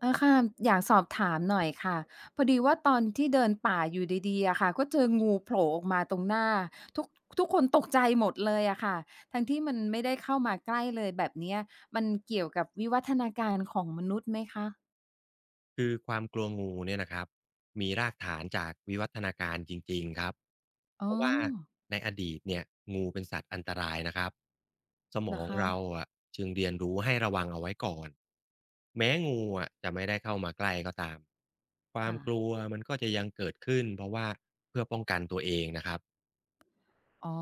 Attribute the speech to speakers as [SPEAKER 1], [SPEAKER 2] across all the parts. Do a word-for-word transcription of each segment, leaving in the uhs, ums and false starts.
[SPEAKER 1] เออค่ะอยากสอบถามหน่อยค่ะพอดีว่าตอนที่เดินป่าอยู่ดีๆอะค่ะก็เจองูโผล่ออกมาตรงหน้าทุกทุกคนตกใจหมดเลยอะค่ะทั้งที่มันไม่ได้เข้ามาใกล้เลยแบบเนี้ยมันเกี่ยวกับวิวัฒนาการของมนุษย์ไหมคะ
[SPEAKER 2] คือความกลัวงูเนี่ยนะครับมีรากฐานจากวิวัฒนาการจริงๆครับเพ
[SPEAKER 1] อ๋อ
[SPEAKER 2] ราะว่าในอดีตเนี่ยงูเป็นสัตว์อันตรายนะครับสม
[SPEAKER 1] เหร
[SPEAKER 2] อ
[SPEAKER 1] อ
[SPEAKER 2] ง
[SPEAKER 1] คะ
[SPEAKER 2] เราอะจึงเรียนรู้ให้ระวังเอาไว้ก่อนแม้งูอะจะไม่ได้เข้ามาใกล้ก็ตามความ
[SPEAKER 1] ค่ะ
[SPEAKER 2] กลัวมันก็จะยังเกิดขึ้นเพราะว่าเพื่อป้องกันตัวเองนะครับ
[SPEAKER 1] อ๋อ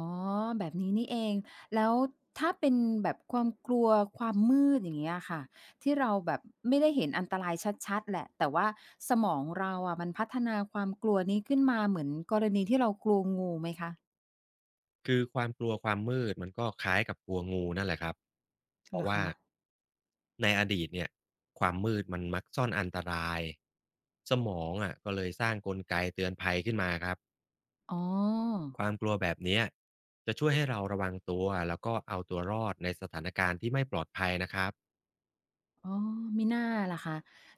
[SPEAKER 1] แบบนี้นี่เองแล้วถ้าเป็นแบบความกลัวความมืดอย่างเงี้ยค่ะที่เราแบบไม่ได้เห็นอันตรายชัดๆแหละแต่ว่าสมองเราอะมันพัฒนาความกลัวนี้ขึ้นมาเหมือนกรณีที่เรากลัวงูไหมคะ
[SPEAKER 2] คือความกลัวความมืดมันก็คล้ายกับกลัวงูนั่นแหละครับเพ
[SPEAKER 1] เหร
[SPEAKER 2] ราะ
[SPEAKER 1] อ
[SPEAKER 2] ว่า
[SPEAKER 1] คะ
[SPEAKER 2] ในอดีตเนี่ยความมืดมันมักซ่อนอันตรายสมองอะก็เลยสร้างกลไกเตือนภัยขึ้นมาครับ
[SPEAKER 1] อ๋อ
[SPEAKER 2] ความกลัวแบบเนี้ยจะช่วยให้เราระวังตัวแล้วก็เอาตัวรอดในสถานการณ์ที่ไม่ปลอดภัยนะครับ
[SPEAKER 1] อ๋อมิน่าล่ะคะ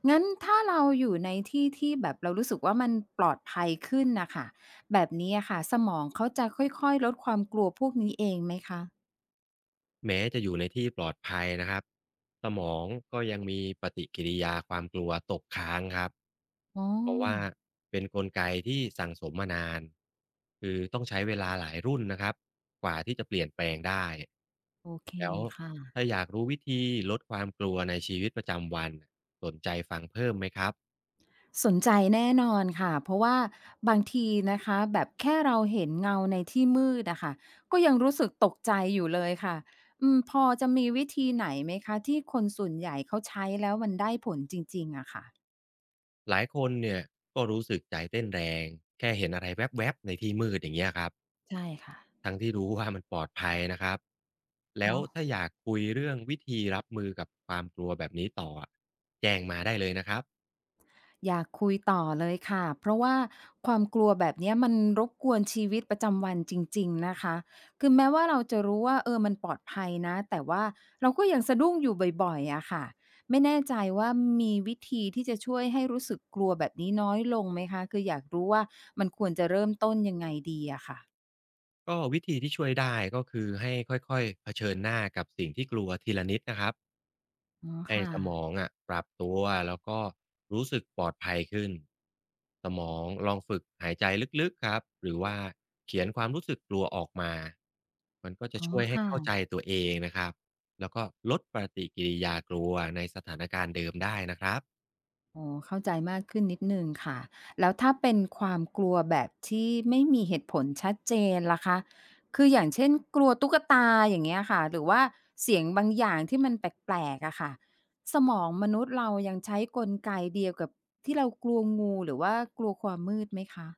[SPEAKER 1] งั้นถ้าเราอยู่ในที่ที่แบบเรารู้สึกว่ามันปลอดภัยขึ้นน่ะค่ะแบบนี้อะค่ะสมองเขาจะค่อยๆลดความกลัวพวกนี้เองไหมคะ
[SPEAKER 2] แม้จะอยู่ในที่ปลอดภัยนะครับสมองก็ยังมีปฏิกิริยาความกลัวตกค้างครับ
[SPEAKER 1] อ๋
[SPEAKER 2] เพราะว่า
[SPEAKER 1] อ
[SPEAKER 2] เป็นนกลไกที่สั่งสมมานานคือต้องใช้เวลาหลายรุ่นนะครับกว่าที่จะเปลี่ยนแปลงได้
[SPEAKER 1] โอเค
[SPEAKER 2] แล้ว
[SPEAKER 1] ค
[SPEAKER 2] ถ้า
[SPEAKER 1] ่ะ
[SPEAKER 2] อยากรู้วิธีลดความกลัวในชีวิตประจำวันสนใจฟังเพิ่มไหมครับ
[SPEAKER 1] สนใจแน่นอนค่ะเพราะว่าบางทีนะคะแบบแค่เราเห็นเงาในที่มืดอะค่ะก็ยังรู้สึกตกใจอยู่เลยค่ะอืมพอจะมีวิธีไหนไหมคะที่คนส่วนใหญ่เขาใช้แล้วมันได้ผลจริงๆอะค่ะ
[SPEAKER 2] หลายคนเนี่ยก็รู้สึกใจเต้นแรงแค่เห็นอะไรแวบๆในที่มืดอย่างเงี้ยครับ
[SPEAKER 1] ใช่ค่ะ
[SPEAKER 2] ทั้งที่รู้ว่ามันปลอดภัยนะครับ แล้ว
[SPEAKER 1] เนาะ
[SPEAKER 2] ถ้าอยากคุยเรื่องวิธีรับมือกับความกลัวแบบนี้ต่ออะแจ้งมาได้เลยนะครับ
[SPEAKER 1] อยากคุยต่อเลยค่ะเพราะว่าความกลัวแบบเนี้ยมันรบกวนชีวิตประจำวันจริงๆนะคะคือแม้ว่าเราจะรู้ว่าเออมันปลอดภัยนะแต่ว่าเราก็ยังสะดุ้งอยู่บ่อยๆอะค่ะไม่แน่ใจว่ามีวิธีที่จะช่วยให้รู้สึกกลัวแบบนี้น้อยลงไหมคะคืออยากรู้ว่ามันควรจะเริ่มต้นยังไงดีอะค่ะ
[SPEAKER 2] ก็วิธีที่ช่วยได้ก็คือให้ค่อยๆเผชิญหน้ากับสิ่งที่กลัวทีละนิดนะครับ
[SPEAKER 1] อ๋อ
[SPEAKER 2] ให้
[SPEAKER 1] ค่ะ
[SPEAKER 2] สมองอะปรับตัวแล้วก็รู้สึกปลอดภัยขึ้นสมองลองฝึกหายใจลึกๆครับหรือว่าเขียนความรู้สึกกลัวออกมามันก็จะ
[SPEAKER 1] อ๋อ
[SPEAKER 2] ช่วยให้
[SPEAKER 1] ค่ะ
[SPEAKER 2] เข้าใจตัวเองนะครับแล้วก็ลดปฏิกิริยากลัวในสถานการณ์เดิมได้นะครับ
[SPEAKER 1] อ๋อเข้าใจมากขึ้นนิดหนึ่งค่ะแล้วถ้าเป็นความกลัวแบบที่ไม่มีเหตุผลชัดเจนล่ะคะคืออย่างเช่นกลัวตุ๊กตาอย่างเงี้ยค่ะหรือว่าเสียงบางอย่างที่มันแปลกๆอะค่ะสมองมนุษย์เรายังใช้กลไกเดียวกับที่เรากลัวงูหรือว่ากลัวความมืดไหมคะ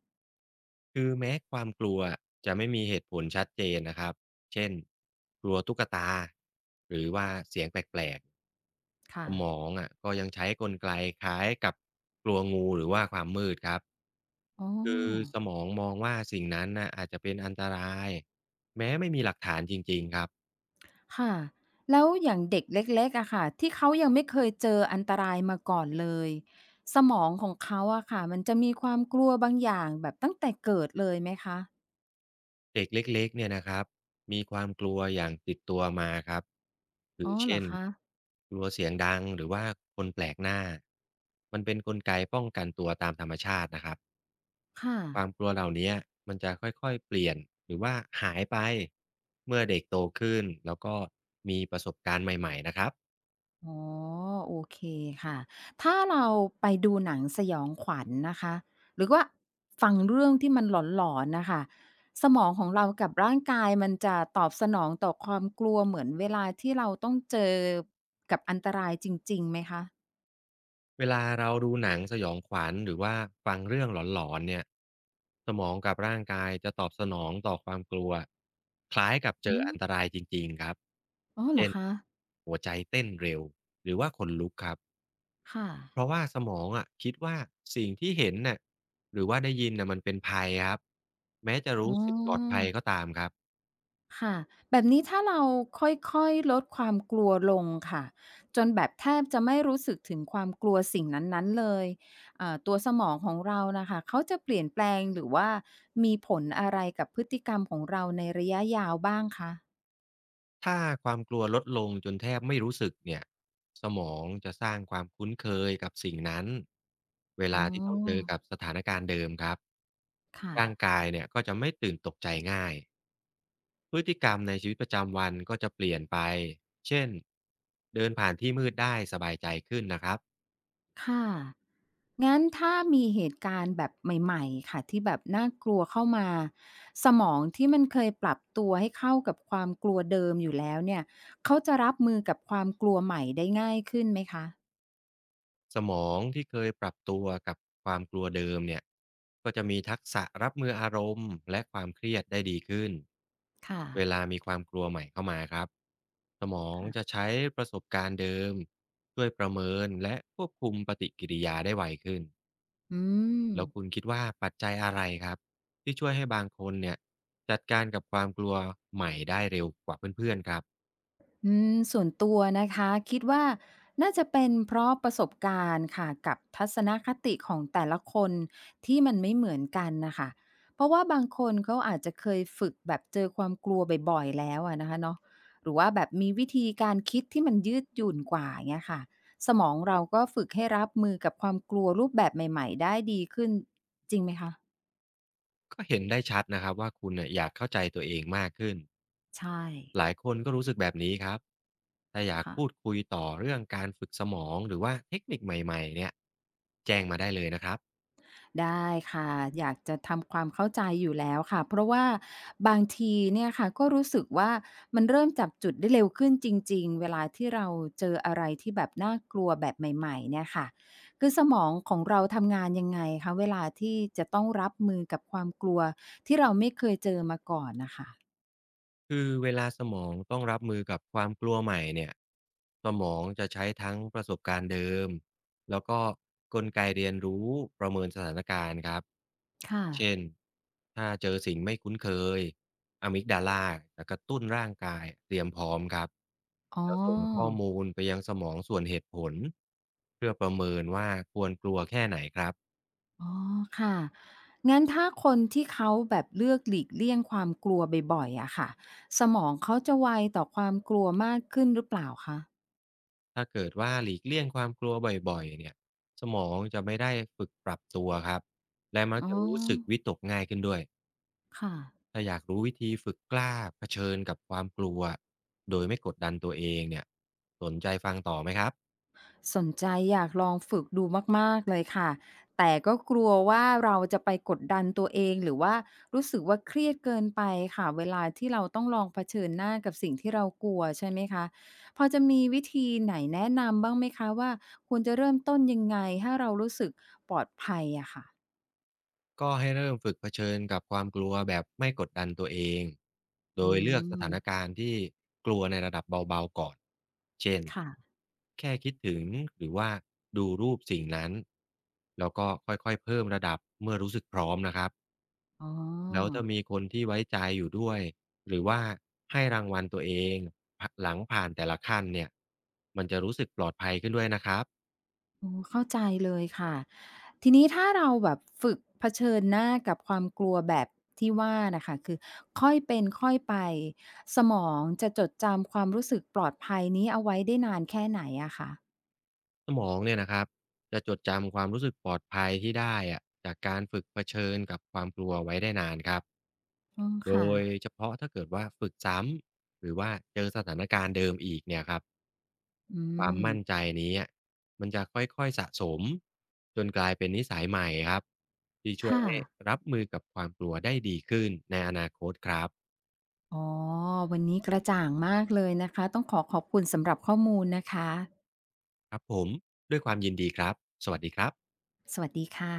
[SPEAKER 2] คือแม้ความกลัวจะไม่มีเหตุผลชัดเจนนะครับ เช่นกลัวตุ๊กตาหรือว่าเสียงแปลกๆส
[SPEAKER 1] ค่ะ
[SPEAKER 2] มองอะก็ยังใช้กลไกคล้ายกับกลัวงูหรือว่าความมืดครับ
[SPEAKER 1] อ๋
[SPEAKER 2] คือ
[SPEAKER 1] อ
[SPEAKER 2] สมองมองว่าสิ่งนั้นนะอาจจะเป็นอันตรายแม้ไม่มีหลักฐานจริงๆครับ
[SPEAKER 1] ค่ะแล้วอย่างเด็กเล็กๆอะค่ะที่เขายังไม่เคยเจออันตรายมาก่อนเลยสมองของเขาอะค่ะมันจะมีความกลัวบางอย่างแบบตั้งแต่เกิดเลยไหมคะ
[SPEAKER 2] เด็กเล็กๆเนี่ยนะครับมีความกลัวอย่างติดตัวมาครับคือ
[SPEAKER 1] อ๋อเหร
[SPEAKER 2] เช่
[SPEAKER 1] อ
[SPEAKER 2] น
[SPEAKER 1] คะ
[SPEAKER 2] กลัวเสียงดังหรือว่าคนแปลกหน้ามันเป็นนกลไกป้องกันตัวตามธรรมชาตินะครับ
[SPEAKER 1] ค่ะ
[SPEAKER 2] ความกลัวเหล่าเนี้ยมันจะค่อยๆเปลี่ยนหรือว่าหายไปเมื่อเด็กโตขึ้นแล้วก็มีประสบการณ์ใหม่ๆนะครับ
[SPEAKER 1] อ๋อโอเคค่ะถ้าเราไปดูหนังสยองขวัญนะคะหรือว่าฟังเรื่องที่มันหลอนๆน่ะค่ะสมองของเรากับร่างกายมันจะตอบสนองต่อความกลัวเหมือนเวลาที่เราต้องเจอกับอันตรายจริงๆไหมคะ
[SPEAKER 2] เวลาเราดูหนังสยองขวัญหรือว่าฟังเรื่องหลอนๆเนี่ยสมองกับร่างกายจะตอบสนองต่อความกลัวคล้ายกับเจ
[SPEAKER 1] อื
[SPEAKER 2] ออั
[SPEAKER 1] ม
[SPEAKER 2] นตรายจริงๆครับ
[SPEAKER 1] อ๋อเหร
[SPEAKER 2] เช่
[SPEAKER 1] อ
[SPEAKER 2] น
[SPEAKER 1] คะ
[SPEAKER 2] หัวใจเต้นเร็วหรือว่าขนลุกครับ
[SPEAKER 1] ค่ะ
[SPEAKER 2] เพราะว่าสมองอะคิดว่าสิ่งที่เห็นน่ะหรือว่าได้ยินน่ะมันเป็นภัยครับแม้จะ
[SPEAKER 1] อ๋
[SPEAKER 2] รู้
[SPEAKER 1] อ
[SPEAKER 2] สึกปลอดภัยก็ตามครับ
[SPEAKER 1] ค่ะแบบนี้ถ้าเราค่อยๆลดความกลัวลงค่ะ จนแบบแทบจะไม่รู้สึกถึงความกลัวสิ่งนั้นๆเลยอ่าตัวสมองของเราน่ะค่ะเขาจะเปลี่ยนแปลงหรือว่ามีผลอะไรกับพฤติกรรมของเราในระยะยาวบ้างคะ
[SPEAKER 2] ถ้าความกลัวลดลงจนแทบไม่รู้สึกเนี่ยสมองจะสร้างความคุ้นเคยกับสิ่งนั้นเว
[SPEAKER 1] อ๋
[SPEAKER 2] ลา
[SPEAKER 1] อ
[SPEAKER 2] ที่ต้องเจอกับสถานการณ์เดิมครับ
[SPEAKER 1] ค่ะ
[SPEAKER 2] ร่างกายเนี่ยก็จะไม่ตื่นตกใจง่ายพฤติกรรมในชีวิตประจำวันก็จะเปลี่ยนไปเช่นเดินผ่านที่มืดได้สบายใจขึ้นนะครับ
[SPEAKER 1] ค่ะ งั้นถ้ามีเหตุการณ์แบบใหม่ๆค่ะที่แบบน่ากลัวเข้ามาสมองที่มันเคยปรับตัวให้เข้ากับความกลัวเดิมอยู่แล้วเนี่ยเขาจะรับมือกับความกลัวใหม่ได้ง่ายขึ้นไหมคะ
[SPEAKER 2] สมองที่เคยปรับตัวกับความกลัวเดิมเนี่ยก็จะมีทักษะรับมืออารมณ์และความเครียดได้ดีขึ้น
[SPEAKER 1] ค่ะ
[SPEAKER 2] เวลามีความกลัวใหม่เข้ามาครับสมองจะ
[SPEAKER 1] ค่ะ
[SPEAKER 2] ใช้ประสบการณ์เดิมช่วยประเมินและควบคุมปฏิกิริยาได้ไวขึ้น
[SPEAKER 1] อืม
[SPEAKER 2] แล้วคุณคิดว่าปัจจัยอะไรครับที่ช่วยให้บางคนเนี่ยจัดการกับความกลัวใหม่ได้เร็วกว่าเพื่อนๆครับ
[SPEAKER 1] อืมส่วนตัวนะคะคิดว่าน่าจะเป็นเพราะประสบการณ์ค่ะกับทัศนคติของแต่ละคนที่มันไม่เหมือนกันนะคะเพราะว่าบางคนเขาอาจจะเคยฝึกแบบเจอความกลัวบ่อยๆแล้วอะนะคะเนาะหรือว่าแบบมีวิธีการคิดที่มันยืดหยุ่นกว่าเงี้ยค่ะสมองเราก็ฝึกให้รับมือกับความกลัวรูปแบบใหม่ๆได้ดีขึ้นจริงไหมคะ
[SPEAKER 2] ก็เห็นได้ชัดนะครับว่าคุณเน่ยอยากเข้าใจตัวเองมากขึ้น
[SPEAKER 1] ใช่
[SPEAKER 2] หลายคนก็รู้สึกแบบนี้ครับถ้าอยาก
[SPEAKER 1] ค่ะ
[SPEAKER 2] พูดคุยต่อเรื่องการฝึกสมองหรือว่าเทคนิคใหม่ๆเนี่ยแจ้งมาได้เลยนะครับ
[SPEAKER 1] ได้ค่ะอยากจะทำความเข้าใจอยู่แล้วค่ะเพราะว่าบางทีเนี่ยค่ะก็รู้สึกว่ามันเริ่มจับจุดได้เร็วขึ้นจริงๆเวลาที่เราเจออะไรที่แบบน่ากลัวแบบใหม่ๆเนี่ยค่ะคือสมองของเราทำงานยังไงคะเวลาที่จะต้องรับมือกับความกลัวที่เราไม่เคยเจอมาก่อนนะคะ
[SPEAKER 2] คือเวลาสมองต้องรับมือกับความกลัวใหม่เนี่ยสมองจะใช้ทั้งประสบการณ์เดิมแล้วก็กลไกเรียนรู้ประเมินสถานการณ์ครับ
[SPEAKER 1] ค่ะ
[SPEAKER 2] เช่นถ้าเจอสิ่งไม่คุ้นเคยอะมิกดาลาจะกระตุ้นร่างกายเตรียมพร้อมครับ
[SPEAKER 1] อ๋
[SPEAKER 2] แล้วส่งข้อ
[SPEAKER 1] อ
[SPEAKER 2] มูลไปยังสมองส่วนเหตุผลเพื่อประเมินว่าควรกลัวแค่ไหนครับ
[SPEAKER 1] อ๋อค่ะงั้นถ้าคนที่เขาแบบเลือกหลีกเลี่ยงความกลัวบ่อยๆอะค่ะสมองเขาจะไวต่อความกลัวมากขึ้นหรือเปล่าคะ
[SPEAKER 2] ถ้าเกิดว่าหลีกเลี่ยงความกลัวบ่อยๆเนี่ยสมองจะไม่ได้ฝึกปรับตัวครับและมัก
[SPEAKER 1] อ๋
[SPEAKER 2] จะรู้สึก
[SPEAKER 1] อ
[SPEAKER 2] วิตกง่ายขึ้นด้วย
[SPEAKER 1] ค่ะ
[SPEAKER 2] ถ้าอยากรู้วิธีฝึกกล้าเผชิญกับความกลัวโดยไม่กดดันตัวเองเนี่ยสนใจฟังต่อไหมครับ
[SPEAKER 1] สนใจอยากลองฝึกดูมากๆเลยค่ะแต่ก็กลัวว่าเราจะไปกดดันตัวเองหรือว่ารู้สึกว่าเครียดเกินไปค่ะเวลาที่เราต้องลองเผชิญหน้ากับสิ่งที่เรากลัวใช่ไหมคะพอจะมีวิธีไหนแนะนำบ้างไหมคะว่าควรจะเริ่มต้นยังไงให้เรารู้สึกปลอดภัยอะค่ะ
[SPEAKER 2] ก็ให้เริ่มฝึกเผชิญกับความกลัวแบบไม่กดดันตัวเอง โด
[SPEAKER 1] อื
[SPEAKER 2] ยเลือกส
[SPEAKER 1] ม
[SPEAKER 2] ถานการณ์ที่กลัวในระดับเบาๆก่อน เช่น
[SPEAKER 1] ค่ะ
[SPEAKER 2] แค่คิดถึงหรือว่าดูรูปสิ่งนั้น แล้วก็ค่อยๆเพิ่มระดับเมื่อรู้สึกพร้อมนะครับ
[SPEAKER 1] อ๋อ
[SPEAKER 2] แล้วถ้ามีคนที่ไว้ใจอยู่ด้วย หรือว่าให้รางวัลตัวเองหลังผ่านแต่ละขั้นเนี่ย มันจะรู้สึกปลอดภัยขึ้นด้วยนะครับ
[SPEAKER 1] อ๋อเข้าใจเลยค่ะทีนี้ถ้าเราแบบฝึกเผชิญหน้ากับความกลัวแบบที่ว่าน่ะค่ะคือค่อยเป็นค่อยไปสมองจะจดจำความรู้สึกปลอดภัยนี้เอาไว้ได้นานแค่ไหนอะคะ
[SPEAKER 2] สมองเนี่ยนะครับจะจดจำความรู้สึกปลอดภัยที่ได้อะจากการฝึกเผชิญกับความกลัวไว้ได้นานครับ
[SPEAKER 1] อืม
[SPEAKER 2] โด
[SPEAKER 1] ค่ะ
[SPEAKER 2] ยเฉพาะถ้าเกิดว่าฝึกซ้ำหรือว่าเจอสถานการณ์เดิมอีกเนี่ยครับ
[SPEAKER 1] อื
[SPEAKER 2] ความ
[SPEAKER 1] ม
[SPEAKER 2] มั่นใจนี้อะมันจะค่อยๆสะสมจนกลายเป็นนิสัยใหม่ครับที่ช่วย
[SPEAKER 1] ค่ะ
[SPEAKER 2] ให้รับมือกับความกลัวได้ดีขึ้นในอนาคตครับ
[SPEAKER 1] อ๋อวันนี้กระจ่างมากเลยนะคะต้องขอขอบคุณสำหรับข้อมูลนะคะ
[SPEAKER 2] ครับผมด้วยความยินดีครับสวัสดีครับ
[SPEAKER 1] สวัสดีค่ะ